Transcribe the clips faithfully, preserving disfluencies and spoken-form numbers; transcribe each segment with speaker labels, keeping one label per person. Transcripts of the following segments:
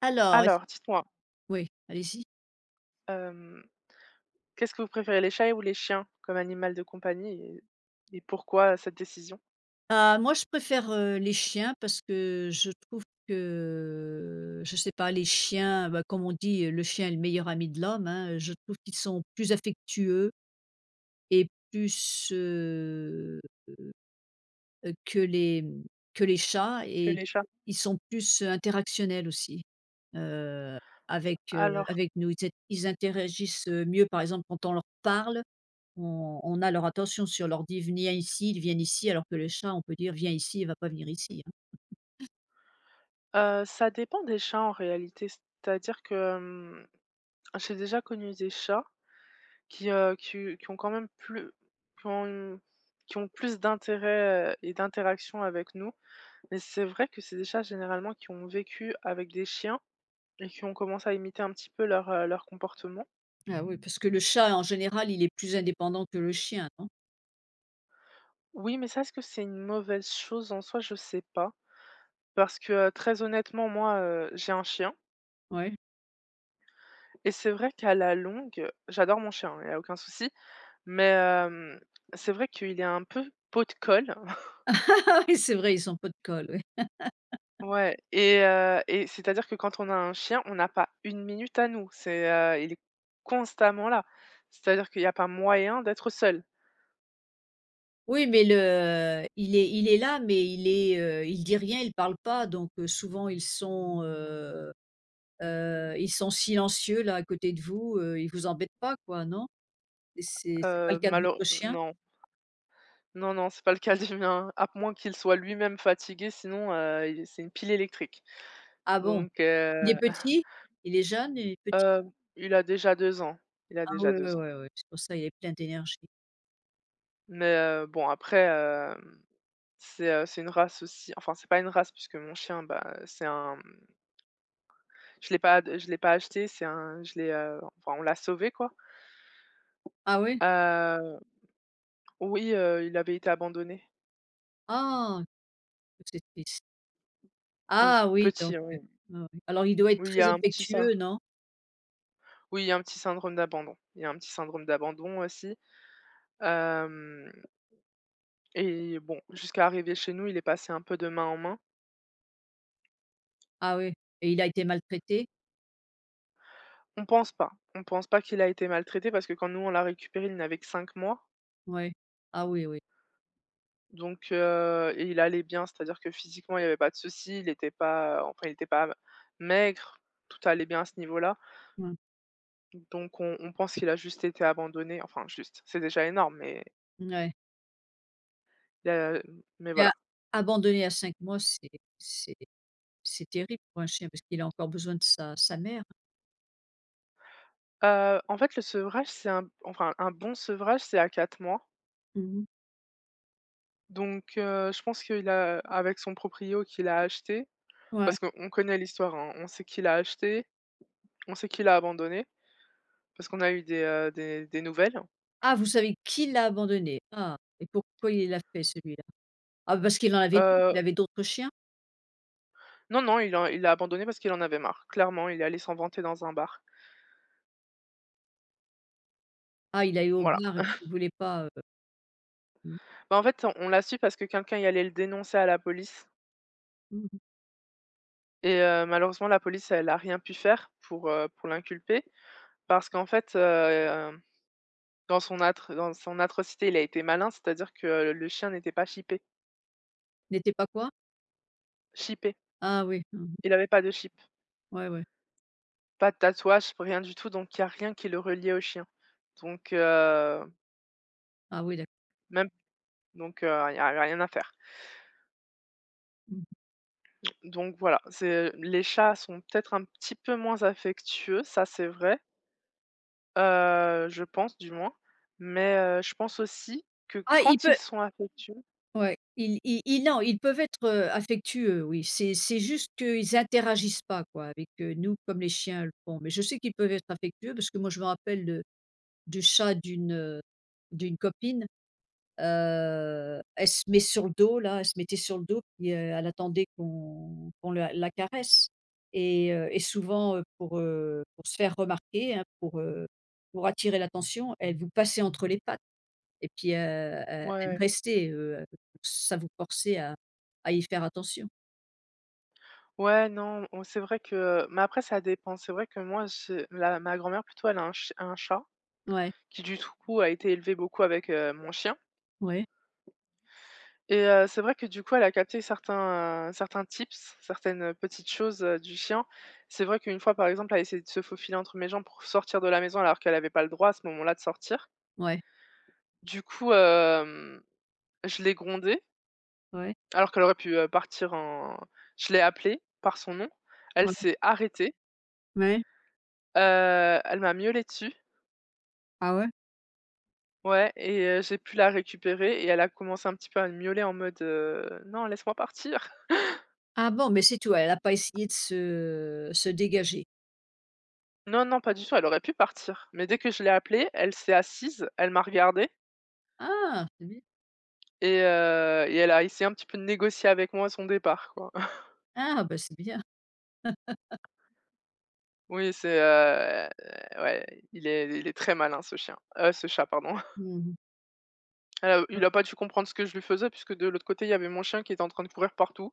Speaker 1: Alors est-ce
Speaker 2: Alors, dites-moi,
Speaker 1: Oui, allez-y.
Speaker 2: hem, qu'est-ce que vous préférez, les chats ou les chiens comme animal de compagnie et et pourquoi cette décision?
Speaker 1: Ah moi je préfère, heu, les chiens parce que je trouve que, je sais pas, les chiens, bah, comme on dit, le chien est le meilleur ami de l'homme, hein, je trouve qu'ils sont plus affectueux et plus, heu heu, que les, mmh, que les chats.
Speaker 2: Que
Speaker 1: Et
Speaker 2: les chats.
Speaker 1: ils sont plus interactionnels aussi, heu, avec, heu,
Speaker 2: Alors,
Speaker 1: avec nous. Ils ils interagissent mieux, par exemple, quand on leur parle. On on a leur attention. Si on leur dit: «Viens ici», ils viennent ici, alors que le chat, on peut dire: «Viens ici», il va pas venir ici, hein.
Speaker 2: heu, ça dépend des chats en réalité, c'est-à-dire que, hem, j'ai déjà connu des chats qui, heu, qui qui ont quand même plus qui ont une qui ont plus d'intérêt, heu et d'interaction avec nous. Mais c'est vrai que c'est des chats généralement qui ont vécu avec des chiens et qui ont commencé à imiter un petit peu leur, heu, leur comportement.
Speaker 1: Ah oui, parce que le chat, en général, il est plus indépendant que le chien, non?
Speaker 2: Oui, mais ça, est-ce que c'est une mauvaise chose en soi? Je sais pas. Parce que, heu, très honnêtement, moi, heu, j'ai un chien
Speaker 1: Ouais.
Speaker 2: et c'est vrai qu'à la longue j'adore mon chien, hein, il y a aucun souci. Mais, hem, c'est vrai qu'il est un peu pot de colle.
Speaker 1: Ah oui, c'est vrai, ils ont pas de colle, ouais.
Speaker 2: Ouais, et heu et c'est-à-dire que quand on a un chien, on n'a pas une minute à nous. C'est, heu, il est constamment là. C'est-à-dire qu'il y a pas moyen d'être seul.
Speaker 1: Oui, mais le il est il est là, mais il est, heu, il dit rien, il parle pas, donc heu, souvent ils sont, heu Heu, ils sont silencieux là à côté de vous, heu, ils vous embêtent pas quoi, non? Et c'est c'est pas
Speaker 2: Heu,
Speaker 1: le cas de
Speaker 2: malheureux
Speaker 1: votre chien?
Speaker 2: non, non, non, c'est pas le cas du mien, à moins qu'il soit lui-même fatigué, sinon, heu, il c'est une pile électrique.
Speaker 1: Ah bon,
Speaker 2: Donc,
Speaker 1: il est
Speaker 2: heu,
Speaker 1: petit? Il est jeune et petit?
Speaker 2: heu, il a déjà deux ans, il a
Speaker 1: Ah
Speaker 2: déjà
Speaker 1: ouais, ouais,
Speaker 2: deux ans.
Speaker 1: ouais, ouais, c'est pour ça il est plein d'énergie.
Speaker 2: Mais heu, bon après, hem, c'est, heu, c'est une race aussi, enfin c'est pas une race, puisque mon chien, bah, c'est un Je l'ai pas je l'ai pas acheté, c'est un je l'ai, heu, enfin on l'a sauvé quoi.
Speaker 1: Ah ouais?
Speaker 2: Heu, oui, heu, il avait été abandonné.
Speaker 1: Ah, que c'est triste.
Speaker 2: Oui,
Speaker 1: Ah oui, donc
Speaker 2: petit, hein, oui.
Speaker 1: heu, ah oui. Alors il doit être
Speaker 2: Oui, il y
Speaker 1: très
Speaker 2: a un petit syn
Speaker 1: affectueux, non?
Speaker 2: oui, il y a un petit syndrome d'abandon. Il y a un petit syndrome d'abandon aussi. Hem et bon, jusqu'à arriver chez nous, il est passé un peu de main en main.
Speaker 1: Ah oui, et il a été maltraité?
Speaker 2: On pense pas, on pense pas qu'il a été maltraité, parce que quand nous on l'a récupéré, il n'avait que 5 mois,
Speaker 1: Ouais. Ah oui, oui.
Speaker 2: donc heu et il allait bien, c'est-à-dire que physiquement, il y avait pas de souci, il était pas, enfin il était pas maigre, tout allait bien à ce niveau-là.
Speaker 1: Mmh.
Speaker 2: Donc on on pense qu'il a juste été abandonné, enfin juste, c'est déjà énorme, mais
Speaker 1: Ouais.
Speaker 2: il mais
Speaker 1: Et a
Speaker 2: voilà.
Speaker 1: Abandonné à cinq mois, c'est c'est c'est terrible pour un chien parce qu'il a encore besoin de sa sa mère.
Speaker 2: Heu, en fait, le sevrage, c'est un enfin un bon sevrage, c'est à quatre mois.
Speaker 1: Mmh.
Speaker 2: Donc, heu, je pense qu'il a avec son proprio qu'il a acheté,
Speaker 1: Ouais.
Speaker 2: parce qu'on connaît l'histoire, hein, on sait qu'il a acheté, on sait qu'il a abandonné, parce qu'on a eu des, heu, des des nouvelles.
Speaker 1: Ah, vous savez qui l'a abandonné? Ah, et pourquoi il l'a fait celui-là? Ah, parce qu'il en avait d'autres,
Speaker 2: Heu,
Speaker 1: il avait d'autres chiens?
Speaker 2: non, non, il a il a abandonné parce qu'il en avait marre. Clairement, il est allé s'en vanter dans un bar.
Speaker 1: Ah, il allait au
Speaker 2: Voilà.
Speaker 1: bar et puis il voulait pas, heu, mmh,
Speaker 2: Bah, en fait, on on l'a su parce que quelqu'un y allait le dénoncer à la police.
Speaker 1: mmh, mmh.
Speaker 2: Et heu, malheureusement, la police, elle a rien pu faire pour, heu, pour l'inculper, parce qu'en fait, heu, dans son atr dans son atrocité, il a été malin, c'est-à-dire que le chien n'était pas chippé
Speaker 1: N'était pas quoi?
Speaker 2: chippé.
Speaker 1: Ah oui, mmh,
Speaker 2: Il avait pas de chip,
Speaker 1: mmh. Ouais, ouais.
Speaker 2: pas de tatouage, rien du tout, donc il y a rien qui le reliait au chien. Donc, heu,
Speaker 1: Ah oui, d'accord.
Speaker 2: même donc heu, il y a rien à faire.
Speaker 1: Mmh, mmh.
Speaker 2: Donc voilà, c'est les chats sont peut-être un petit peu moins affectueux, ça c'est vrai, heu, je pense, du moins, mais heu, je pense aussi que
Speaker 1: Ah, il
Speaker 2: quand ils
Speaker 1: peut
Speaker 2: sont affectueux,
Speaker 1: Ouais, il il il non, ils peuvent être, heu, affectueux, oui, c'est c'est juste qu'ils interagissent pas quoi avec, heu, nous comme les chiens le font. Mais je sais qu'ils peuvent être affectueux parce que moi je me rappelle de du chat d'une, heu, d'une copine. Heu, elle se met sur le dos là, elle se mettait sur le dos puis, heu, elle attendait qu'on qu'on la la caresse. Et heu et souvent, heu, pour, heu, pour se faire remarquer, hein, pour, heu, pour attirer l'attention, elle vous passait entre les pattes et puis, heu, elle elle
Speaker 2: ouais.
Speaker 1: restait, heu, ça vous forçait à à y faire attention.
Speaker 2: Ouais, non, on c'est vrai que, mais après ça dépend. C'est vrai que moi, je la ma grand-mère plutôt, elle a un ch un chat
Speaker 1: Ouais,
Speaker 2: qui du coup a été élevé beaucoup avec, heu, mon chien,
Speaker 1: ouais,
Speaker 2: et heu, c'est vrai que du coup, elle a capté certains, heu, certains tips, certaines, petites choses, heu, du chien. C'est vrai qu'une fois, par exemple, elle a essayé de se faufiler entre mes jambes pour sortir de la maison alors qu'elle n'avait pas le droit à ce moment-là de sortir.
Speaker 1: ouais,
Speaker 2: Du coup, hem, je l'ai grondée
Speaker 1: ouais.
Speaker 2: alors qu'elle aurait pu, heu, partir en je l'ai appelée par son nom. Elle
Speaker 1: Ouais,
Speaker 2: s'est arrêtée,
Speaker 1: ouais.
Speaker 2: heu, elle m'a miaulé dessus.
Speaker 1: Ah ouais?
Speaker 2: Ouais, et heu, j'ai pu la récupérer, et elle a commencé un petit peu à me miauler en mode, heu: «Non, laisse-moi partir».
Speaker 1: Ah bon, mais c'est tout, elle a pas essayé de se se dégager.
Speaker 2: Non, non, pas du tout, elle aurait pu partir, mais dès que je l'ai appelée, elle s'est assise, elle m'a regardée,
Speaker 1: Ah! C'est bien.
Speaker 2: et heu et elle a essayé un petit peu de négocier avec moi son départ, quoi.
Speaker 1: Ah bah, c'est bien.
Speaker 2: Oui, c'est, heu, euh, ouais, il est il est très malin ce chien, heu, ce chat, pardon.
Speaker 1: Mmh.
Speaker 2: Heu,
Speaker 1: Ouais.
Speaker 2: il a pas dû comprendre ce que je lui faisais, puisque de l'autre côté, il y avait mon chien qui était en train de courir partout.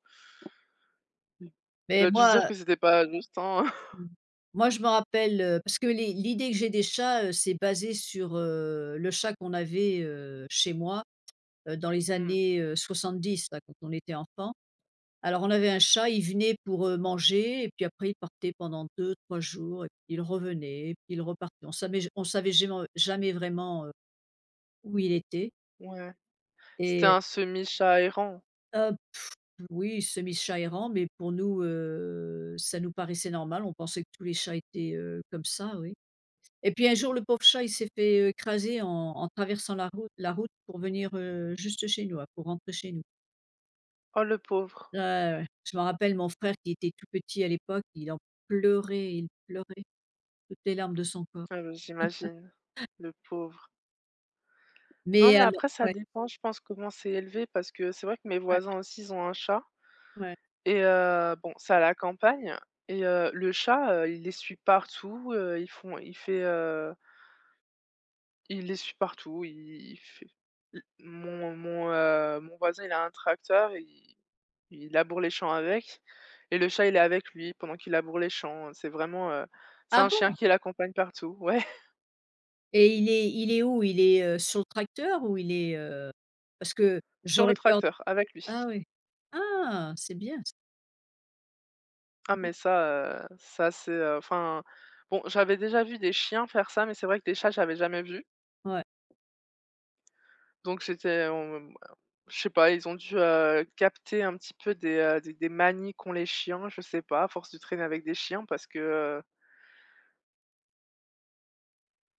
Speaker 2: Il
Speaker 1: Mais
Speaker 2: a dû se dire
Speaker 1: moi,
Speaker 2: que c'était pas juste, hein.
Speaker 1: mmh, moi je me rappelle, heu, parce que l'i l'idée que j'ai des chats, heu, c'est basé sur, heu, le chat qu'on avait, heu, chez moi, heu, dans les
Speaker 2: Mmh,
Speaker 1: années, euh, soixante-dix, là, quand on était enfant. Alors on avait un chat, il venait pour, heu, manger et puis après il partait pendant deux, trois jours et puis il revenait et puis il repartait. On savait on savait gément jamais vraiment, heu, où il était
Speaker 2: ouais. C'était
Speaker 1: et
Speaker 2: un semi chat errant.
Speaker 1: hop, oui, semi-chat errant, mais pour nous, heu, ça nous paraissait normal. On pensait que tous les chats étaient, heu, comme ça, oui. Et puis un jour, le pauvre chat, il s'est fait écraser en en traversant la route la route pour venir, heu, juste chez nous, ouais, pour rentrer chez nous.
Speaker 2: Oh, le pauvre!
Speaker 1: Ouais, ouais, ouais. Je me rappelle mon frère qui était tout petit à l'époque, il en pleurait, il pleurait toutes les larmes de son corps.
Speaker 2: Ah bah, j'imagine, le pauvre. Non,
Speaker 1: Mais
Speaker 2: mais
Speaker 1: alors
Speaker 2: après ça
Speaker 1: ouais,
Speaker 2: dépend, je pense, comment c'est élevé, parce que c'est vrai que mes
Speaker 1: ouais,
Speaker 2: voisins aussi, ils ont un chat,
Speaker 1: ouais.
Speaker 2: et heu, bon, c'est à la campagne, et heu, le chat, heu, il les suit partout, heu, ils font il fait, heu, il les suit partout, il il fait l mon mon, heu, mon voisin, il a un tracteur, il il laboure les champs avec, et le chat, il est avec lui pendant qu'il laboure les champs. C'est vraiment, heu, c'est
Speaker 1: Ah
Speaker 2: un chien
Speaker 1: bon?
Speaker 2: qui l'accompagne partout. Ouais,
Speaker 1: Et il est il est où? Il est, heu, sur le tracteur ou il est, heu? Parce que
Speaker 2: sur le
Speaker 1: j'aurais peur.
Speaker 2: tracteur, avec
Speaker 1: Ah
Speaker 2: lui.
Speaker 1: oui. Ah! C'est bien, c'est
Speaker 2: Ah
Speaker 1: bien.
Speaker 2: mais ça, heu, ça c'est, heu, enfin, bon, j'avais déjà vu des chiens faire ça, mais c'est vrai que des chats, j'avais jamais vu.
Speaker 1: Ouais.
Speaker 2: Donc j'étais on je sais pas, ils ont dû, heu, capter un petit peu des, heu, des des manies qu'ont les chiens, je sais pas, à force de traîner avec des chiens, parce que, heu,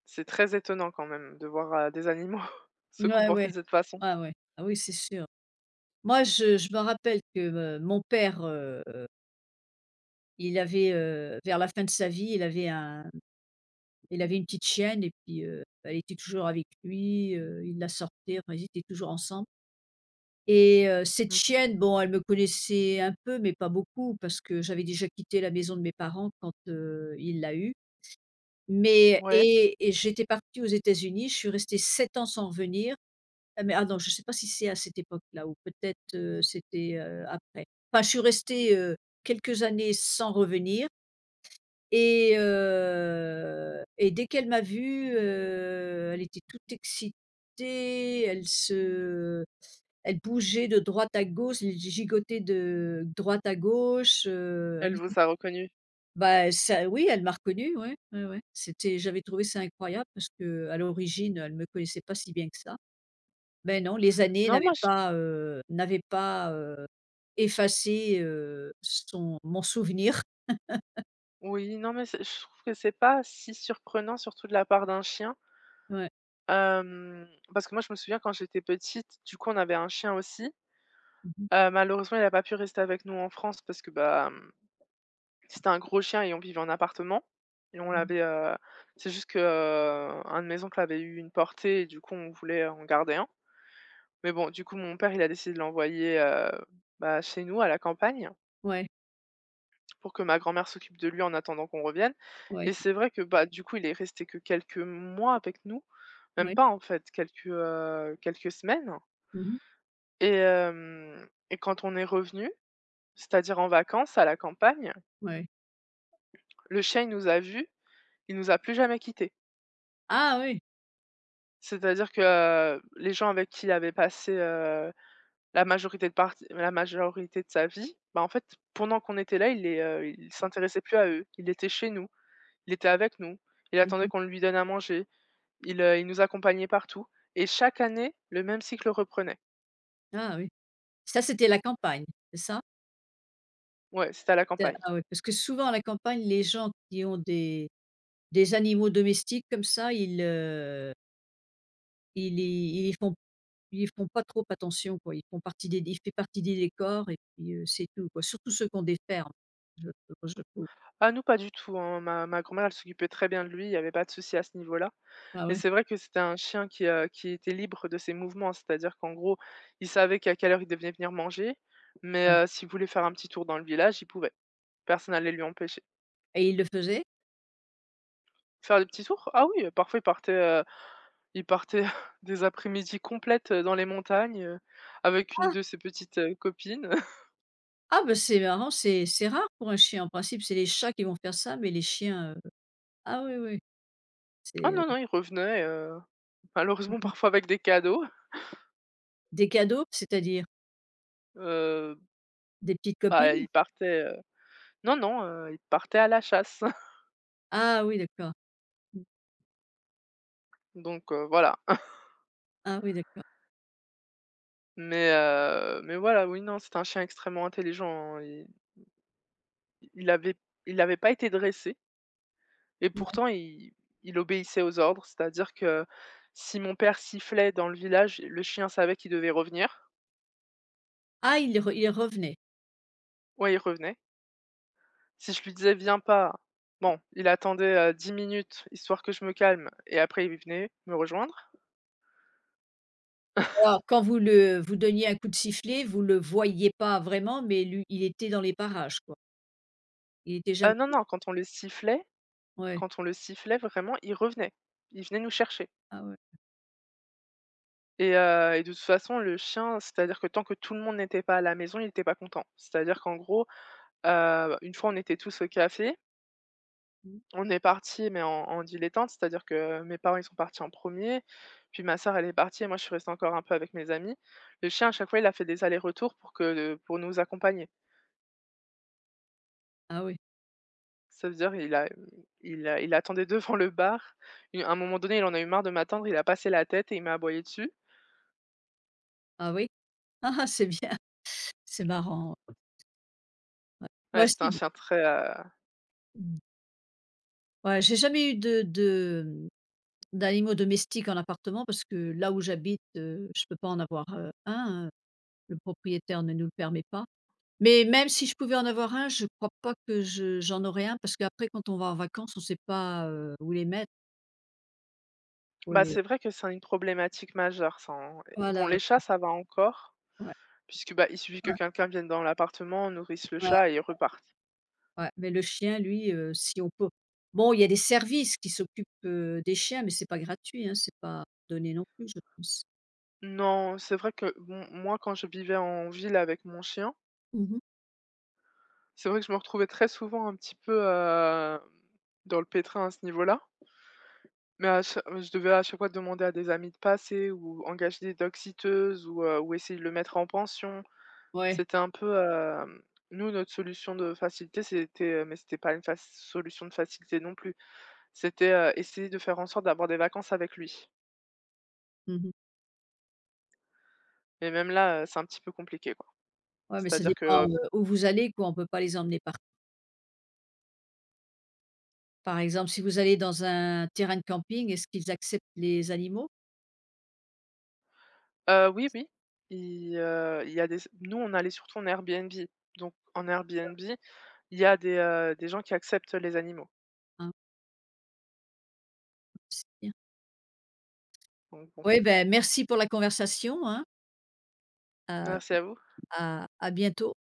Speaker 2: c'est très étonnant quand même de voir, heu, des animaux se
Speaker 1: Ouais,
Speaker 2: comporter
Speaker 1: ouais.
Speaker 2: de cette façon.
Speaker 1: Ah ouais. Ah oui, c'est sûr. Moi, je je me rappelle que, heu, mon père, il avait, heu, vers la fin de sa vie, il avait un il avait une petite chienne et puis, heu, elle était toujours avec lui, heu, il la sortait, enfin ils étaient toujours ensemble. Et heu, cette
Speaker 2: Mmh.
Speaker 1: chienne, bon, elle me connaissait un peu, mais pas beaucoup parce que j'avais déjà quitté la maison de mes parents quand, heu, il l'a eue. Mais
Speaker 2: Ouais,
Speaker 1: et et j'étais partie aux États-Unis, je suis restée sept ans sans revenir. Ah mais ah non, je ne sais pas si c'est à cette époque-là ou peut-être, heu, c'était, heu, après. Enfin, je suis restée, heu, quelques années sans revenir. Et heu et dès qu'elle m'a vue, heu, elle était toute excitée, elle se elle bougeait de droite à gauche, elle gigotait de droite à gauche, heu,
Speaker 2: elle
Speaker 1: elle était...
Speaker 2: vous a reconnu?
Speaker 1: Bah, ça oui, elle m'a reconnue, ouais, ouais, ouais. C'était J'avais trouvé ça incroyable parce que à l'origine, elle me connaissait pas si bien que ça. Mais non, les années
Speaker 2: Non,
Speaker 1: n'avaient
Speaker 2: moi je
Speaker 1: pas, heu, n'avaient pas, heu, effacé, heu, son mon souvenir.
Speaker 2: oui, non, mais c'est je trouve que c'est pas si surprenant surtout de la part d'un chien.
Speaker 1: Ouais.
Speaker 2: Hem, parce que moi, je me souviens quand j'étais petite, du coup, on avait un chien aussi.
Speaker 1: Mmh.
Speaker 2: Heu, malheureusement, il a pas pu rester avec nous en France parce que, bah, mmh, c'était un gros chien et on vivait en appartement, et on
Speaker 1: Mmh.
Speaker 2: l'avait, heu c'est juste que, heu, un de mes oncles avait eu une portée et du coup, on voulait en garder un. Mais bon, du coup, mon père, il a décidé de l'envoyer, heu, bah, chez nous à la campagne,
Speaker 1: Ouais,
Speaker 2: pour que ma grand-mère s'occupe de lui en attendant qu'on revienne,
Speaker 1: ouais,
Speaker 2: et c'est vrai que, bah, du coup, il est resté que quelques mois avec nous, même
Speaker 1: ouais.
Speaker 2: pas en fait, quelques, heu, quelques semaines.
Speaker 1: Mmh.
Speaker 2: Et hem et quand on est revenu, c'est-à-dire en vacances à la campagne,
Speaker 1: Ouais.
Speaker 2: le chien, il nous a vus, il nous a plus jamais quittés.
Speaker 1: Ah oui!
Speaker 2: C'est-à-dire que, heu, les gens avec qui il avait passé, heu, la majorité de partie la majorité de sa vie, bah, en fait, pendant qu'on était là, il les, heu, il s'intéressait plus à eux. Il était chez nous, il était avec nous, il
Speaker 1: Mmh.
Speaker 2: attendait qu'on lui donne à manger, il, heu, il nous accompagnait partout, et chaque année, le même cycle reprenait.
Speaker 1: Ah oui. Ça, c'était la campagne, c'est ça?
Speaker 2: Ouais, c'était à la
Speaker 1: C'est
Speaker 2: campagne.
Speaker 1: Ah oui, parce que souvent à la campagne, les gens qui ont des des animaux domestiques comme ça, ils, heu, ils y ils y font ils y font pas trop attention, quoi. Ils font partie des ils font partie des décors et puis, heu, c'est tout, quoi. Surtout ceux qui ont des fermes, je je trouve.
Speaker 2: Ah, nous, pas du tout, hein. Ma ma grand-mère, elle s'occupait très bien de lui, il y avait pas de souci à ce niveau-là.
Speaker 1: Ah
Speaker 2: Mais
Speaker 1: oui.
Speaker 2: c'est vrai que c'était un chien qui, heu, qui était libre de ses mouvements. C'est-à-dire qu'en gros, il savait qu'à quelle heure il devait venir manger, mais
Speaker 1: Ouais.
Speaker 2: heu, s'il voulait faire un petit tour dans le village, il pouvait. Personne allait lui empêcher.
Speaker 1: Et ils le faisaient?
Speaker 2: Faire des petits tours? Ah oui, heu, parfois il partait, heu, il partait des après-midi complètes, heu, dans les montagnes, heu, avec une
Speaker 1: Ah!
Speaker 2: de ses petites, heu, copines.
Speaker 1: Ah bah, c'est marrant, c'est c'est rare pour un chien. En principe, c'est les chats qui vont faire ça, mais les chiens, heu ah oui, oui,
Speaker 2: Ah
Speaker 1: c'est, heu,
Speaker 2: non, non, il revenait, heu, malheureusement parfois avec des cadeaux.
Speaker 1: des cadeaux? C'est-à-dire?
Speaker 2: Heu,
Speaker 1: Des petites
Speaker 2: bah,
Speaker 1: copines?
Speaker 2: il partait, heu non, non, heu, il partait à la chasse.
Speaker 1: Ah oui, d'accord. Mmh.
Speaker 2: Donc, heu, voilà.
Speaker 1: Ah oui, d'accord.
Speaker 2: Mais heu, mais voilà, oui, non, c'est un chien extrêmement intelligent, hein. Il il avait il n'avait pas été dressé, et pourtant il il obéissait aux ordres. C'est-à-dire que si mon père sifflait dans le village, le chien savait qu'il devait revenir.
Speaker 1: Ah, il re il revenait.
Speaker 2: Ouais, il revenait. Si je lui disais: «Viens pas», bon, il attendait, heu, 10 minutes, histoire que je me calme, et après il venait me rejoindre.
Speaker 1: Alors quand vous le vous donniez un coup de sifflet, vous le voyiez pas vraiment, mais lui il était dans les parages, quoi. Il était
Speaker 2: Heu,
Speaker 1: jamais
Speaker 2: non,
Speaker 1: loin.
Speaker 2: non, quand on le sifflait
Speaker 1: Ouais.
Speaker 2: quand on le sifflait, vraiment, il revenait. Il venait nous chercher.
Speaker 1: Ah ouais.
Speaker 2: Et heu et de toute façon, le chien, c'est-à-dire que tant que tout le monde n'était pas à la maison, il n'était pas content. C'est-à-dire qu'en gros, heu, une fois, on était tous au café,
Speaker 1: Mmh.
Speaker 2: on est parti, mais en en dilettante, c'est-à-dire que mes parents, ils sont partis en premier, puis ma sœur, elle est partie, et moi, je suis restée encore un peu avec mes amis. Le chien, à chaque fois, il a fait des allers-retours pour que pour nous accompagner.
Speaker 1: Ah oui.
Speaker 2: Ça veut dire il a il a il attendait devant le bar. U à un moment donné, il en a eu marre de m'attendre, il a passé la tête et il m'a aboyé dessus.
Speaker 1: Ah oui. Ah ah, c'est bien, c'est marrant. Ouais.
Speaker 2: Ouais,
Speaker 1: Moi
Speaker 2: c'était
Speaker 1: c'est
Speaker 2: un
Speaker 1: d
Speaker 2: chien très, heu
Speaker 1: mmh. Ouais, j'ai jamais eu de de, mmh, d'animaux domestiques en appartement parce que là où j'habite, heu, je peux pas en avoir, heu, un, heu, le propriétaire ne nous le permet pas. Mais même si je pouvais en avoir un, je crois pas que je j'en aurais un parce qu'après quand on va en vacances, on sait pas, heu, où les mettre, faut
Speaker 2: bah,
Speaker 1: les
Speaker 2: c'est vrai que c'est une problématique majeure ça, hein. Bon,
Speaker 1: voilà,
Speaker 2: les
Speaker 1: ouais,
Speaker 2: chats, ça va encore,
Speaker 1: ouais,
Speaker 2: puisque, bah, il suffit que
Speaker 1: ouais,
Speaker 2: quelqu'un vienne dans l'appartement, nourrisse le
Speaker 1: ouais,
Speaker 2: chat, et ils repartent.
Speaker 1: ouais, mais le chien lui, heu, si on peut bon, il y a des services qui s'occupent, heu, des chiens, mais c'est pas gratuit, hein, c'est pas donné non plus, je pense.
Speaker 2: Non, c'est vrai que bon, moi, quand je vivais en ville avec mon chien,
Speaker 1: Mmh, mh.
Speaker 2: c'est vrai que je me retrouvais très souvent un petit peu, heu, dans le pétrin à ce niveau-là. Mais à cha je devais à chaque fois demander à des amis de passer, ou engager des dog-sitters, ou, heu, ou essayer de le mettre en pension.
Speaker 1: Ouais,
Speaker 2: C'était un peu, hem nous, notre solution de facilité, c'était, mais c'était pas une fac solution de facilité non plus. C'était, heu, essayer de faire en sorte d'avoir des vacances avec lui.
Speaker 1: mmh.
Speaker 2: Mais même là, heu, c'est un petit peu compliqué, quoi.
Speaker 1: Ouais, mais ça
Speaker 2: C'est-à-dire que, heu
Speaker 1: dépend, heu, où vous allez quoi, on peut pas les emmener par par exemple, si vous allez dans un terrain de camping, est-ce qu'ils acceptent les animaux?
Speaker 2: heu, oui, oui, il, heu, il y a des nous, on allait surtout en Airbnb. Donc en Airbnb, il y a des, heu, des gens qui acceptent les animaux.
Speaker 1: Oui.
Speaker 2: Donc bon.
Speaker 1: Ben, merci pour la conversation, hein. à
Speaker 2: Merci à vous.
Speaker 1: À à bientôt.